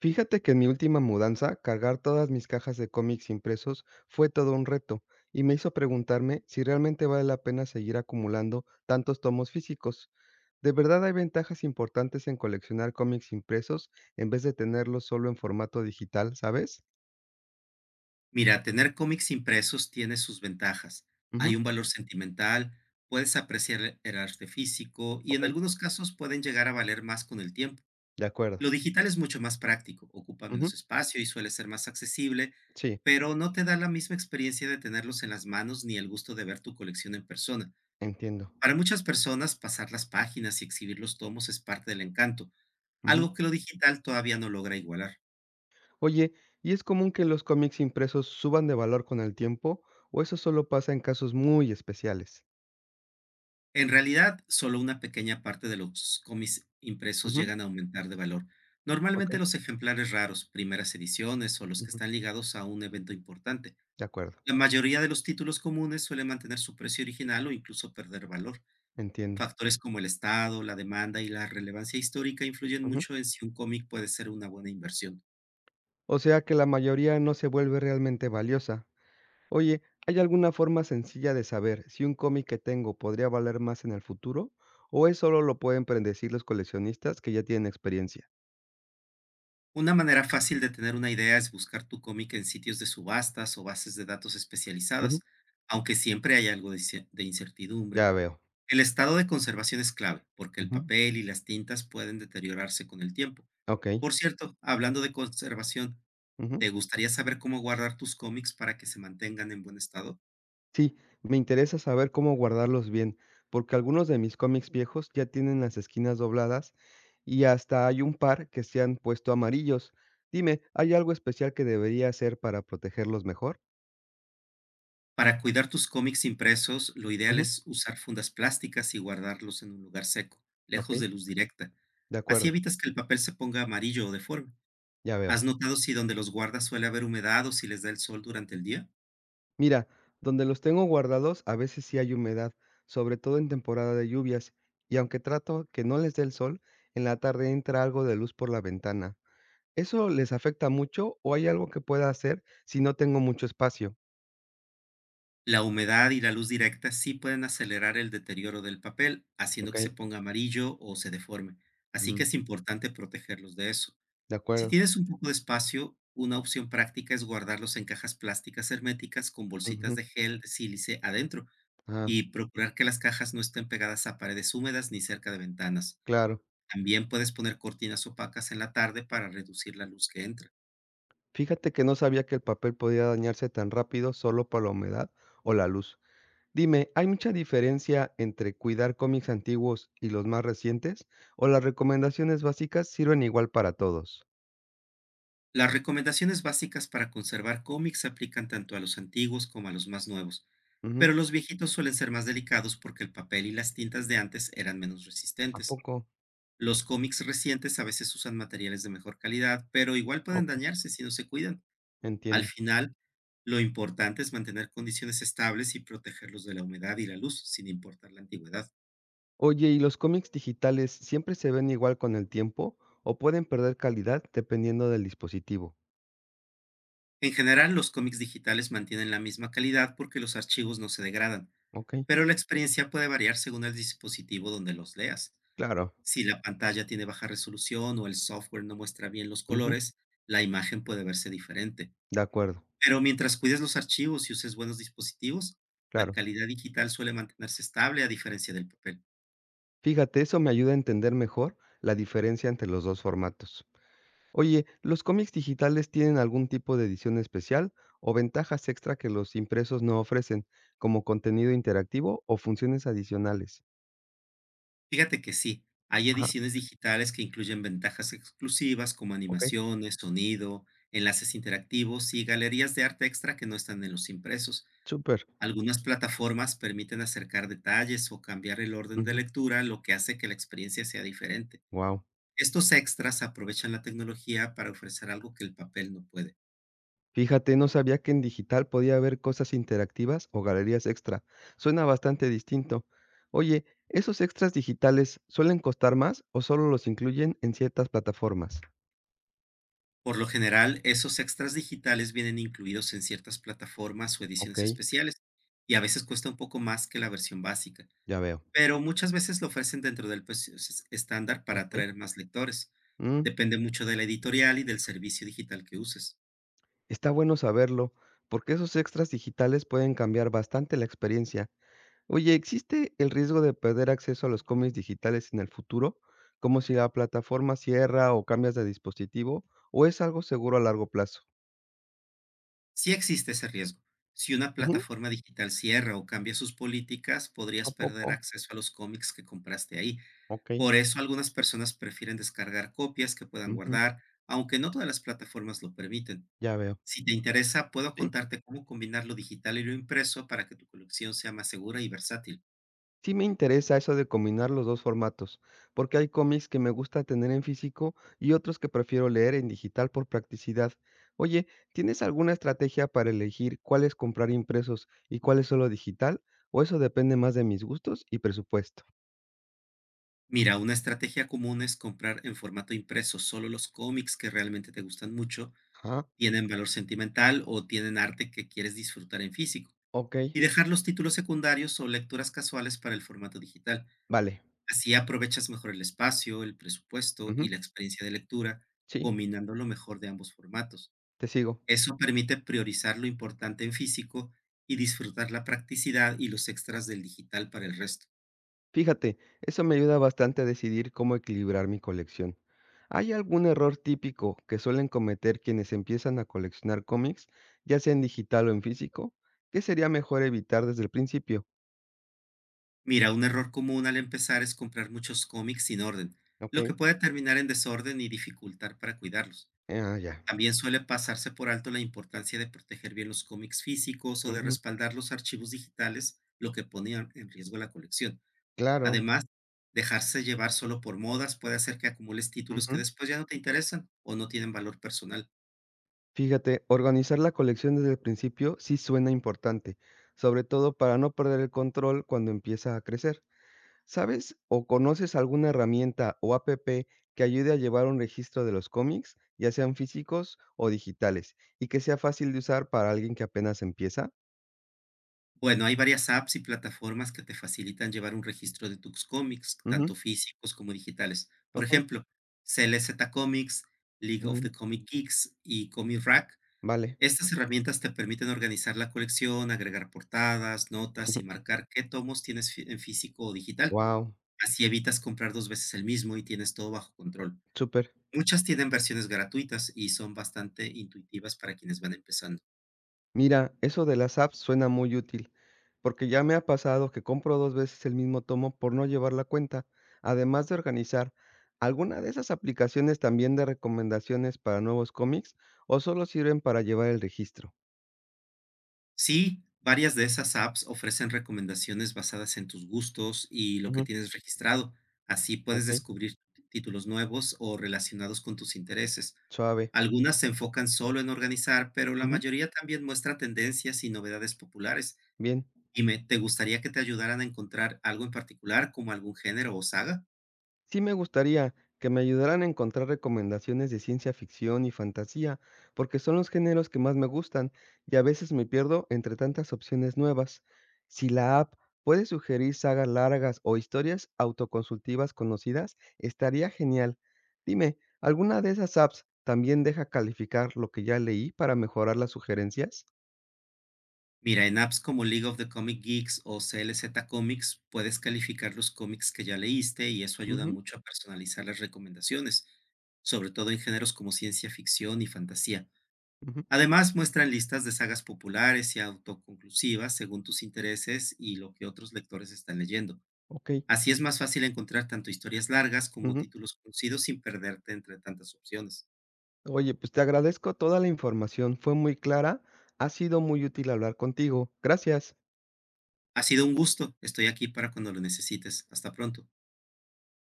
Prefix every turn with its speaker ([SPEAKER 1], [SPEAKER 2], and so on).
[SPEAKER 1] Fíjate que en mi última mudanza, cargar todas mis cajas de cómics impresos fue todo un reto y me hizo preguntarme si realmente vale la pena seguir acumulando tantos tomos físicos. ¿De verdad hay ventajas importantes en coleccionar cómics impresos en vez de tenerlos solo en formato digital, sabes?
[SPEAKER 2] Mira, tener cómics impresos tiene sus ventajas. Hay
[SPEAKER 1] Ujú,
[SPEAKER 2] un valor sentimental, puedes apreciar el arte físico y en
[SPEAKER 1] ok,
[SPEAKER 2] algunos casos pueden llegar a valer más con el tiempo.
[SPEAKER 1] de acuerdo.
[SPEAKER 2] Lo digital es mucho más práctico, ocupa
[SPEAKER 1] Ujú,
[SPEAKER 2] menos espacio y suele ser más accesible,
[SPEAKER 1] sí,
[SPEAKER 2] pero no te da la misma experiencia de tenerlos en las manos ni el gusto de ver tu colección en persona.
[SPEAKER 1] entiendo.
[SPEAKER 2] Para muchas personas, pasar las páginas y exhibir los tomos es parte del encanto,
[SPEAKER 1] Ujú.
[SPEAKER 2] algo que lo digital todavía no logra igualar.
[SPEAKER 1] Oye, ¿y es común que los cómics impresos suban de valor con el tiempo o eso solo pasa en casos muy especiales?
[SPEAKER 2] En realidad, solo una pequeña parte de los cómics impresos
[SPEAKER 1] Ujú,
[SPEAKER 2] llegan a aumentar de valor.
[SPEAKER 1] ok,
[SPEAKER 2] Normalmente los ejemplares raros, primeras ediciones o los que
[SPEAKER 1] ujú,
[SPEAKER 2] están ligados a un evento importante.
[SPEAKER 1] de acuerdo.
[SPEAKER 2] La mayoría de los títulos comunes suelen mantener su precio original o incluso perder valor.
[SPEAKER 1] Entiendo.
[SPEAKER 2] Factores como el estado, la demanda y la relevancia histórica influyen
[SPEAKER 1] Ujú.
[SPEAKER 2] mucho en si un cómic puede ser una buena inversión.
[SPEAKER 1] O sea que la mayoría no se vuelve realmente valiosa. Oye, ¿hay alguna forma sencilla de saber si un cómic que tengo podría valer más en el futuro? ¿O es solo lo pueden predecir los coleccionistas que ya tienen experiencia?
[SPEAKER 2] Una manera fácil de tener una idea es buscar tu cómic en sitios de subastas o bases de datos
[SPEAKER 1] Ujú.
[SPEAKER 2] especializadas, aunque siempre hay algo de de incertidumbre.
[SPEAKER 1] Ya veo.
[SPEAKER 2] El estado de conservación es clave, porque el
[SPEAKER 1] Ujú.
[SPEAKER 2] papel y las tintas pueden deteriorarse con el tiempo.
[SPEAKER 1] Ok.
[SPEAKER 2] Por cierto, hablando de conservación,
[SPEAKER 1] Ujú.
[SPEAKER 2] ¿te gustaría saber cómo guardar tus cómics para que se mantengan en buen estado?
[SPEAKER 1] Sí, me interesa saber cómo guardarlos bien, porque algunos de mis cómics viejos ya tienen las esquinas dobladas y hasta hay un par que se han puesto amarillos. Dime, ¿hay algo especial que debería hacer para protegerlos mejor?
[SPEAKER 2] Para cuidar tus cómics impresos, lo ideal es usar fundas plásticas y guardarlos en un lugar seco, lejos
[SPEAKER 1] Okey,
[SPEAKER 2] de luz directa.
[SPEAKER 1] de
[SPEAKER 2] Así
[SPEAKER 1] acuerdo,
[SPEAKER 2] evitas que el papel se ponga amarillo o deforme.
[SPEAKER 1] ya veo.
[SPEAKER 2] ¿Has notado si donde los guardas suele haber humedad o si les da el sol durante el día?
[SPEAKER 1] Mira, donde los tengo guardados, a veces sí hay humedad, sobre todo en temporada de lluvias, y aunque trato que no les dé el sol, en la tarde entra algo de luz por la ventana. ¿Eso les afecta mucho o hay algo que pueda hacer si no tengo mucho espacio?
[SPEAKER 2] La humedad y la luz directa sí pueden acelerar el deterioro del papel, haciendo que se
[SPEAKER 1] Okey,
[SPEAKER 2] ponga amarillo o se deforme. Así que
[SPEAKER 1] mm,
[SPEAKER 2] es importante protegerlos de eso.
[SPEAKER 1] de
[SPEAKER 2] Si
[SPEAKER 1] acuerdo,
[SPEAKER 2] tienes un poco de espacio, una opción práctica es guardarlos en cajas plásticas herméticas con bolsitas
[SPEAKER 1] ujú,
[SPEAKER 2] de gel de sílice adentro
[SPEAKER 1] ah,
[SPEAKER 2] y procurar que las cajas no estén pegadas a paredes húmedas ni cerca de ventanas.
[SPEAKER 1] claro.
[SPEAKER 2] También puedes poner cortinas opacas en la tarde para reducir la luz que entra.
[SPEAKER 1] Fíjate que no sabía que el papel podía dañarse tan rápido solo por la humedad o la luz. Dime, ¿hay mucha diferencia entre cuidar cómics antiguos y los más recientes? ¿O las recomendaciones básicas sirven igual para todos?
[SPEAKER 2] Las recomendaciones básicas para conservar cómics se aplican tanto a los antiguos como a los más nuevos, pero
[SPEAKER 1] Ujú.
[SPEAKER 2] los viejitos suelen ser más delicados porque el papel y las tintas de antes eran menos
[SPEAKER 1] ¿A
[SPEAKER 2] resistentes.
[SPEAKER 1] poco?
[SPEAKER 2] Los cómics recientes a veces usan materiales de mejor calidad, pero igual pueden
[SPEAKER 1] Ok,
[SPEAKER 2] dañarse si no se cuidan. Al
[SPEAKER 1] entiendo.
[SPEAKER 2] final, lo importante es mantener condiciones estables y protegerlos de la humedad y la luz, sin importar la antigüedad.
[SPEAKER 1] Oye, ¿y los cómics digitales siempre se ven igual con el tiempo o pueden perder calidad dependiendo del dispositivo?
[SPEAKER 2] En general, los cómics digitales mantienen la misma calidad porque los archivos no se degradan.
[SPEAKER 1] Ok,
[SPEAKER 2] Pero la experiencia puede variar según el dispositivo donde los leas.
[SPEAKER 1] claro.
[SPEAKER 2] Si la pantalla tiene baja resolución o el software no muestra bien los
[SPEAKER 1] Ujú,
[SPEAKER 2] colores, la imagen puede verse diferente.
[SPEAKER 1] de acuerdo,
[SPEAKER 2] Pero mientras cuides los archivos y uses buenos dispositivos, la
[SPEAKER 1] claro.
[SPEAKER 2] calidad digital suele mantenerse estable a diferencia del papel.
[SPEAKER 1] Fíjate, eso me ayuda a entender mejor la diferencia entre los dos formatos. Oye, ¿los cómics digitales tienen algún tipo de edición especial o ventajas extra que los impresos no ofrecen, como contenido interactivo o funciones adicionales?
[SPEAKER 2] Fíjate que sí, hay
[SPEAKER 1] Ajá,
[SPEAKER 2] ediciones digitales que incluyen ventajas exclusivas como
[SPEAKER 1] okey,
[SPEAKER 2] animaciones, sonido, enlaces interactivos y galerías de arte extra que no están en los impresos.
[SPEAKER 1] súper.
[SPEAKER 2] Algunas plataformas permiten acercar detalles o cambiar el orden de
[SPEAKER 1] Ujú,
[SPEAKER 2] lectura, lo que hace que la experiencia sea diferente.
[SPEAKER 1] guau.
[SPEAKER 2] Estos extras aprovechan la tecnología para ofrecer algo que el papel no puede.
[SPEAKER 1] Fíjate, no sabía que en digital podía haber cosas interactivas o galerías extra. Suena bastante distinto. Oye, ¿esos extras digitales suelen costar más o solo los incluyen en ciertas plataformas?
[SPEAKER 2] Por lo general, esos extras digitales vienen incluidos en ciertas plataformas o ediciones
[SPEAKER 1] Okey,
[SPEAKER 2] especiales y a veces cuesta un poco más que la versión básica,
[SPEAKER 1] ya veo.
[SPEAKER 2] pero muchas veces lo ofrecen dentro del precio estándar para
[SPEAKER 1] Okey.
[SPEAKER 2] atraer más lectores.
[SPEAKER 1] Mm.
[SPEAKER 2] Depende mucho de la editorial y del servicio digital que uses.
[SPEAKER 1] Está bueno saberlo, porque esos extras digitales pueden cambiar bastante la experiencia. Oye, ¿existe el riesgo de perder acceso a los cómics digitales en el futuro? ¿Como si la plataforma cierra o cambias de dispositivo, o es algo seguro a largo plazo?
[SPEAKER 2] Sí existe ese riesgo. Si una
[SPEAKER 1] Ujú,
[SPEAKER 2] plataforma digital cierra o cambia sus políticas,
[SPEAKER 1] ¿a
[SPEAKER 2] podrías
[SPEAKER 1] poco?
[SPEAKER 2] perder acceso a los cómics que compraste ahí.
[SPEAKER 1] Ok,
[SPEAKER 2] Por eso algunas personas prefieren descargar copias que puedan
[SPEAKER 1] ujú,
[SPEAKER 2] guardar, aunque no todas las plataformas lo permiten.
[SPEAKER 1] ya veo.
[SPEAKER 2] Si te interesa, puedo
[SPEAKER 1] Sí.
[SPEAKER 2] contarte cómo combinar lo digital y lo impreso para que tu colección sea más segura y versátil.
[SPEAKER 1] Sí me interesa eso de combinar los dos formatos, porque hay cómics que me gusta tener en físico y otros que prefiero leer en digital por practicidad. Oye, ¿tienes alguna estrategia para elegir cuáles comprar impresos y cuáles solo digital? ¿O eso depende más de mis gustos y presupuesto?
[SPEAKER 2] Mira, una estrategia común es comprar en formato impreso solo los cómics que realmente te gustan mucho,
[SPEAKER 1] Ah,
[SPEAKER 2] tienen valor sentimental o tienen arte que quieres disfrutar en físico,
[SPEAKER 1] ok,
[SPEAKER 2] y dejar los títulos secundarios o lecturas casuales para el formato digital.
[SPEAKER 1] vale.
[SPEAKER 2] Así aprovechas mejor el espacio, el presupuesto y
[SPEAKER 1] Ujú,
[SPEAKER 2] la experiencia de lectura,
[SPEAKER 1] sí,
[SPEAKER 2] combinando lo mejor de ambos formatos.
[SPEAKER 1] te sigo.
[SPEAKER 2] Eso permite priorizar lo importante en físico y disfrutar la practicidad y los extras del digital para el resto.
[SPEAKER 1] Fíjate, eso me ayuda bastante a decidir cómo equilibrar mi colección. ¿Hay algún error típico que suelen cometer quienes empiezan a coleccionar cómics, ya sea en digital o en físico? ¿Qué sería mejor evitar desde el principio?
[SPEAKER 2] Mira, un error común al empezar es comprar muchos cómics sin orden,
[SPEAKER 1] Ok,
[SPEAKER 2] lo que puede terminar en desorden y dificultar para cuidarlos.
[SPEAKER 1] ah, ya.
[SPEAKER 2] También suele pasarse por alto la importancia de proteger bien los cómics físicos o de
[SPEAKER 1] Ujú,
[SPEAKER 2] respaldar los archivos digitales, lo que ponía en riesgo la colección.
[SPEAKER 1] claro.
[SPEAKER 2] Además, dejarse llevar solo por modas puede hacer que acumules títulos que
[SPEAKER 1] Ujú.
[SPEAKER 2] después ya no te interesan o no tienen valor personal.
[SPEAKER 1] Fíjate, organizar la colección desde el principio sí suena importante, sobre todo para no perder el control cuando empieza a crecer. ¿Sabes o conoces alguna herramienta o app que ayude a llevar un registro de los cómics, ya sean físicos o digitales, y que sea fácil de usar para alguien que apenas empieza?
[SPEAKER 2] Bueno, hay varias apps y plataformas que te facilitan llevar un registro de tus cómics, tanto
[SPEAKER 1] Ujú,
[SPEAKER 2] físicos como digitales. Por
[SPEAKER 1] okey,
[SPEAKER 2] ejemplo, CLZ Comics, League of the
[SPEAKER 1] mm,
[SPEAKER 2] Comic Geeks y Comic Rack.
[SPEAKER 1] vale,
[SPEAKER 2] Estas herramientas te permiten organizar la colección, agregar portadas, notas y marcar qué tomos tienes en físico o digital.
[SPEAKER 1] wow,
[SPEAKER 2] Así evitas comprar dos veces el mismo y tienes todo bajo control.
[SPEAKER 1] súper.
[SPEAKER 2] Muchas tienen versiones gratuitas y son bastante intuitivas para quienes van empezando.
[SPEAKER 1] Mira, eso de las apps suena muy útil, porque ya me ha pasado que compro 2 veces el mismo tomo por no llevar la cuenta, además de organizar. ¿Alguna de esas aplicaciones también de recomendaciones para nuevos cómics o solo sirven para llevar el registro?
[SPEAKER 2] Sí, varias de esas apps ofrecen recomendaciones basadas en tus gustos y lo que tienes registrado. Así puedes
[SPEAKER 1] Ok,
[SPEAKER 2] descubrir títulos nuevos o relacionados con tus intereses.
[SPEAKER 1] suave.
[SPEAKER 2] Algunas se enfocan solo en organizar, pero la
[SPEAKER 1] Ujú,
[SPEAKER 2] mayoría también muestra tendencias y novedades populares.
[SPEAKER 1] bien.
[SPEAKER 2] Dime, ¿te gustaría que te ayudaran a encontrar algo en particular, como algún género o saga?
[SPEAKER 1] Sí me gustaría que me ayudaran a encontrar recomendaciones de ciencia ficción y fantasía, porque son los géneros que más me gustan y a veces me pierdo entre tantas opciones nuevas. Si la app puede sugerir sagas largas o historias autoconsultivas conocidas, estaría genial. Dime, ¿alguna de esas apps también deja calificar lo que ya leí para mejorar las sugerencias?
[SPEAKER 2] Mira, en apps como League of the Comic Geeks o CLZ Comics puedes calificar los cómics que ya leíste y eso ayuda
[SPEAKER 1] Ujú,
[SPEAKER 2] mucho a personalizar las recomendaciones, sobre todo en géneros como ciencia ficción y fantasía.
[SPEAKER 1] ujú,
[SPEAKER 2] Además, muestran listas de sagas populares y autoconclusivas según tus intereses y lo que otros lectores están leyendo.
[SPEAKER 1] okey,
[SPEAKER 2] Así es más fácil encontrar tanto historias largas como
[SPEAKER 1] ujú.
[SPEAKER 2] títulos conocidos sin perderte entre tantas opciones.
[SPEAKER 1] Oye, pues te agradezco toda la información, fue muy clara, ha sido muy útil hablar contigo. Gracias.
[SPEAKER 2] Ha sido un gusto. Estoy aquí para cuando lo necesites. Hasta pronto.